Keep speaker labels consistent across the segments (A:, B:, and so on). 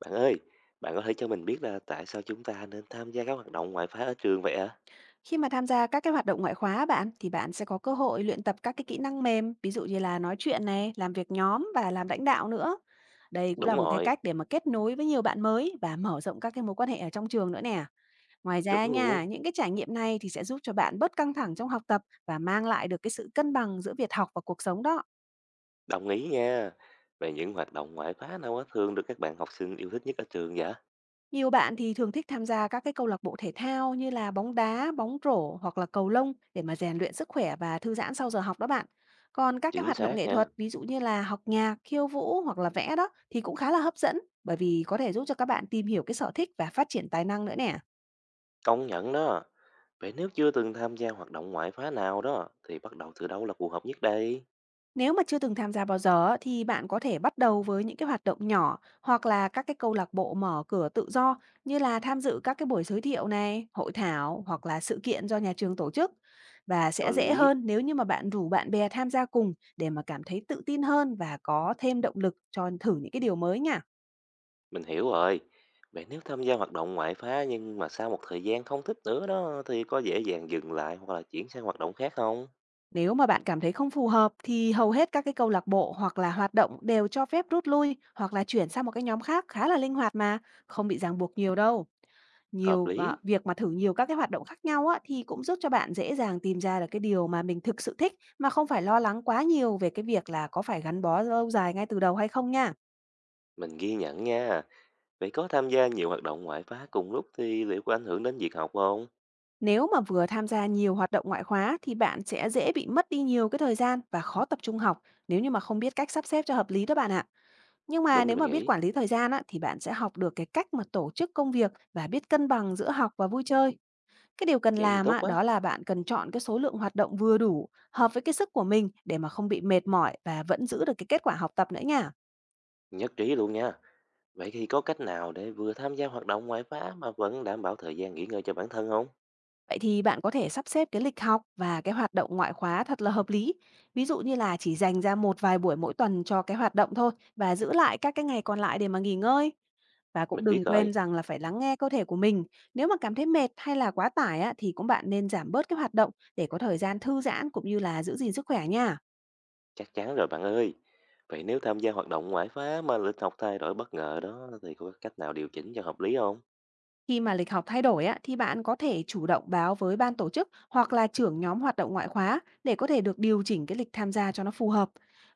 A: Bạn ơi, bạn có thể cho mình biết là tại sao chúng ta nên tham gia các hoạt động ngoại khóa ở trường vậy ạ?
B: Khi mà tham gia các cái hoạt động ngoại khóa á bạn, thì bạn sẽ có cơ hội luyện tập các cái kỹ năng mềm, ví dụ như là nói chuyện này, làm việc nhóm và làm lãnh đạo nữa. Đây cũng
A: Đúng
B: là một cái
A: rồi,
B: cách để mà kết nối với nhiều bạn mới và mở rộng các cái mối quan hệ ở trong trường nữa nè. Ngoài
A: chuẩn
B: ra
A: luôn,
B: nha, những cái trải nghiệm này thì sẽ giúp cho bạn bớt căng thẳng trong học tập và mang lại được cái sự cân bằng giữa việc học và cuộc sống đó.
A: đồng ý nha. Vậy những hoạt động ngoại khóa nào á thường được các bạn học sinh yêu thích nhất ở trường vậy?
B: Nhiều bạn thì thường thích tham gia các cái câu lạc bộ thể thao như là bóng đá, bóng rổ hoặc là cầu lông để mà rèn luyện sức khỏe và thư giãn sau giờ học đó bạn. Còn các cái
A: Chính
B: hoạt động
A: xác
B: nghệ
A: nha,
B: thuật, ví dụ như là học nhạc, khiêu vũ hoặc là vẽ đó thì cũng khá là hấp dẫn, bởi vì có thể giúp cho các bạn tìm hiểu cái sở thích và phát triển tài năng nữa nè.
A: công nhận đó. Vậy nếu chưa từng tham gia hoạt động ngoại khóa nào đó, thì bắt đầu từ đâu là phù hợp nhất đây?
B: Nếu mà chưa từng tham gia bao giờ á, thì bạn có thể bắt đầu với những cái hoạt động nhỏ hoặc là các cái câu lạc bộ mở cửa tự do, như là tham dự các cái buổi giới thiệu này, hội thảo hoặc là sự kiện do nhà trường tổ chức, và
A: Có
B: sẽ dễ
A: lý,
B: hơn nếu như mà bạn rủ bạn bè tham gia cùng để mà cảm thấy tự tin hơn và có thêm động lực cho thử những cái điều mới nha.
A: mình hiểu rồi. Vậy nếu tham gia hoạt động ngoại khóa nhưng mà sau một thời gian không thích nữa đó, thì có dễ dàng dừng lại hoặc là chuyển sang hoạt động khác không?
B: Nếu mà bạn cảm thấy không phù hợp thì hầu hết các cái câu lạc bộ hoặc là hoạt động đều cho phép rút lui hoặc là chuyển sang một cái nhóm khác khá là linh hoạt mà, không bị ràng buộc nhiều đâu.
A: Hợp lý,
B: Việc mà thử nhiều các cái hoạt động khác nhau á, thì cũng giúp cho bạn dễ dàng tìm ra được cái điều mà mình thực sự thích, mà không phải lo lắng quá nhiều về cái việc là có phải gắn bó lâu dài ngay từ đầu hay không nha.
A: mình ghi nhận nha. Vậy có tham gia nhiều hoạt động ngoại khóa cùng lúc thì liệu có ảnh hưởng đến việc học không?
B: Nếu mà vừa tham gia nhiều hoạt động ngoại khóa thì bạn sẽ dễ bị mất đi nhiều cái thời gian và khó tập trung học, nếu như mà không biết cách sắp xếp cho hợp lý đó bạn ạ. Nhưng mà
A: Đúng như
B: nếu
A: mình
B: mà biết
A: nghĩ.
B: quản lý thời gian á, thì bạn sẽ học được cái cách mà tổ chức công việc và biết cân bằng giữa học và vui chơi. Cái điều cần
A: Vậy thì
B: làm
A: tốt
B: á,
A: quá.
B: đó là bạn cần chọn cái số lượng hoạt động vừa đủ, hợp với cái sức của mình để mà không bị mệt mỏi và vẫn giữ được cái kết quả học tập nữa nha.
A: Nhất trí luôn nha. Vậy thì có cách nào để vừa tham gia hoạt động ngoại khóa mà vẫn đảm bảo thời gian nghỉ ngơi cho bản thân không?
B: Vậy thì bạn có thể sắp xếp cái lịch học và cái hoạt động ngoại khóa thật là hợp lý. Ví dụ như là chỉ dành ra một vài buổi mỗi tuần cho cái hoạt động thôi và giữ lại các cái ngày còn lại để mà nghỉ ngơi. Và cũng
A: Mình
B: đừng
A: biết
B: quên
A: rồi.
B: rằng là phải lắng nghe cơ thể của mình. Nếu mà cảm thấy mệt hay là quá tải á, thì cũng bạn nên giảm bớt cái hoạt động để có thời gian thư giãn cũng như là giữ gìn sức khỏe nha.
A: Chắc chắn rồi bạn ơi. Vậy nếu tham gia hoạt động ngoại khóa mà lịch học thay đổi bất ngờ đó thì có cách nào điều chỉnh cho hợp lý không?
B: Khi mà lịch học thay đổi á, thì bạn có thể chủ động báo với ban tổ chức hoặc là trưởng nhóm hoạt động ngoại khóa để có thể được điều chỉnh cái lịch tham gia cho nó phù hợp.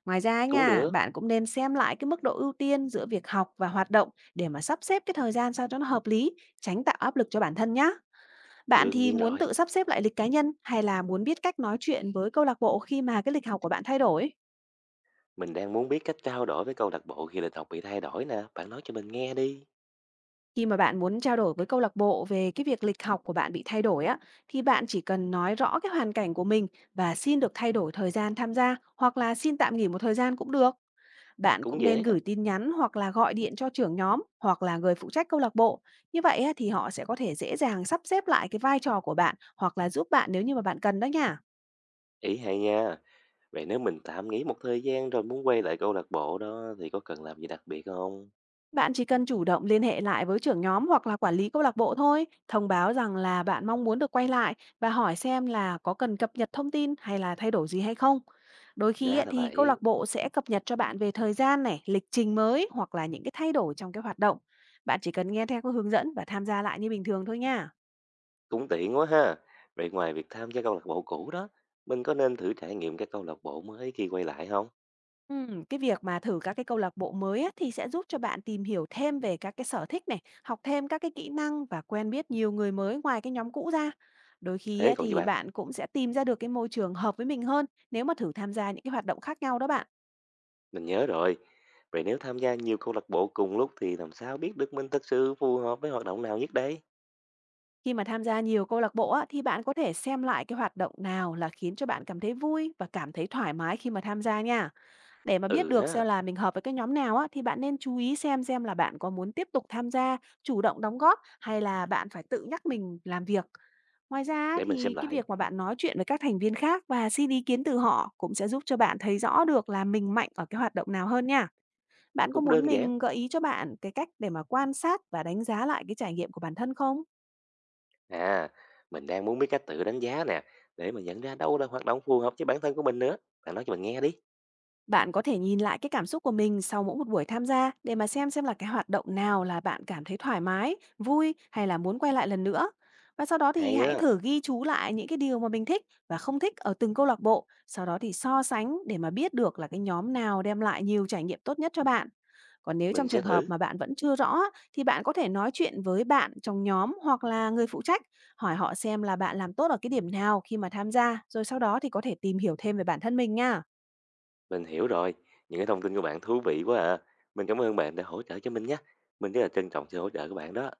B: Ngoài ra ấy
A: Cũng
B: nha,
A: được.
B: bạn cũng nên xem lại cái mức độ ưu tiên giữa việc học và hoạt động để mà sắp xếp cái thời gian sao cho nó hợp lý, tránh tạo áp lực cho bản thân nhá. Bạn
A: Đương
B: thì
A: nhiên
B: muốn
A: rồi.
B: tự sắp xếp lại lịch cá nhân hay là muốn biết cách nói chuyện với câu lạc bộ khi mà cái lịch học của bạn thay đổi?
A: Mình đang muốn biết cách trao đổi với câu lạc bộ khi lịch học bị thay đổi nè. Bạn nói cho mình nghe đi.
B: Khi mà bạn muốn trao đổi với câu lạc bộ về cái việc lịch học của bạn bị thay đổi á, thì bạn chỉ cần nói rõ cái hoàn cảnh của mình và xin được thay đổi thời gian tham gia hoặc là xin tạm nghỉ một thời gian cũng được. Bạn
A: Cũng
B: cũng nên
A: dễ đó.
B: gửi tin nhắn hoặc là gọi điện cho trưởng nhóm hoặc là người phụ trách câu lạc bộ. Như vậy á, thì họ sẽ có thể dễ dàng sắp xếp lại cái vai trò của bạn hoặc là giúp bạn nếu như mà bạn cần đó nha.
A: Ý hay nha. Vậy nếu mình tạm nghỉ một thời gian rồi muốn quay lại câu lạc bộ đó thì có cần làm gì đặc biệt không?
B: Bạn chỉ cần chủ động liên hệ lại với trưởng nhóm hoặc là quản lý câu lạc bộ thôi, thông báo rằng là bạn mong muốn được quay lại và hỏi xem là có cần cập nhật thông tin hay là thay đổi gì hay không. Đôi khi
A: Ra
B: ấy,
A: là
B: thì câu
A: vậy,
B: lạc bộ sẽ cập nhật cho bạn về thời gian này, lịch trình mới hoặc là những cái thay đổi trong cái hoạt động. Bạn chỉ cần nghe theo cái hướng dẫn và tham gia lại như bình thường thôi nha.
A: cũng tiện quá ha. Vậy ngoài việc tham gia câu lạc bộ cũ đó, mình có nên thử trải nghiệm các câu lạc bộ mới khi quay lại không?
B: Cái việc mà thử các cái câu lạc bộ mới á, thì sẽ giúp cho bạn tìm hiểu thêm về các cái sở thích này, học thêm các cái kỹ năng và quen biết nhiều người mới ngoài cái nhóm cũ ra. Đôi khi
A: Thế
B: á,
A: còn gì
B: thì
A: bạn?
B: bạn cũng sẽ tìm ra được cái môi trường hợp với mình hơn nếu mà thử tham gia những cái hoạt động khác nhau đó bạn.
A: Mình nhớ rồi. Vậy nếu tham gia nhiều câu lạc bộ cùng lúc thì làm sao biết được mình thật sự phù hợp với hoạt động nào nhất đây?
B: Khi mà tham gia nhiều câu lạc bộ á, thì bạn có thể xem lại cái hoạt động nào là khiến cho bạn cảm thấy vui và cảm thấy thoải mái khi mà tham gia nha. Để mà biết
A: Ừ
B: được xem
A: ha,
B: là mình hợp với cái nhóm nào á, thì bạn nên chú ý xem là bạn có muốn tiếp tục tham gia, chủ động đóng góp hay là bạn phải tự nhắc mình làm việc. Ngoài ra á,
A: để mình xem
B: thì cái
A: lại.
B: việc mà bạn nói chuyện với các thành viên khác và xin ý kiến từ họ cũng sẽ giúp cho bạn thấy rõ được là mình mạnh ở cái hoạt động nào hơn nha. Bạn có
A: Cũng
B: muốn
A: đơn giản.
B: mình gợi ý cho bạn cái cách để mà quan sát và đánh giá lại cái trải nghiệm của bản thân không?
A: À, mình đang muốn biết cách tự đánh giá nè, để mà nhận ra đâu là hoạt động phù hợp với bản thân của mình nữa. Bạn nói cho mình nghe đi.
B: Bạn có thể nhìn lại cái cảm xúc của mình sau mỗi một buổi tham gia để mà xem là cái hoạt động nào là bạn cảm thấy thoải mái, vui hay là muốn quay lại lần nữa. Và sau đó thì
A: Hay
B: hãy
A: á.
B: thử ghi chú lại những cái điều mà mình thích và không thích ở từng câu lạc bộ, sau đó thì so sánh để mà biết được là cái nhóm nào đem lại nhiều trải nghiệm tốt nhất cho bạn. Còn nếu trong
A: Mình sẽ
B: trường hợp
A: thử,
B: mà bạn vẫn chưa rõ á, thì bạn có thể nói chuyện với bạn trong nhóm hoặc là người phụ trách, hỏi họ xem là bạn làm tốt ở cái điểm nào khi mà tham gia, rồi sau đó thì có thể tìm hiểu thêm về bản thân mình nha.
A: mình hiểu rồi. Những cái thông tin của bạn thú vị quá à. Mình cảm ơn bạn đã hỗ trợ cho mình nhé. Mình rất là trân trọng sự hỗ trợ của bạn đó.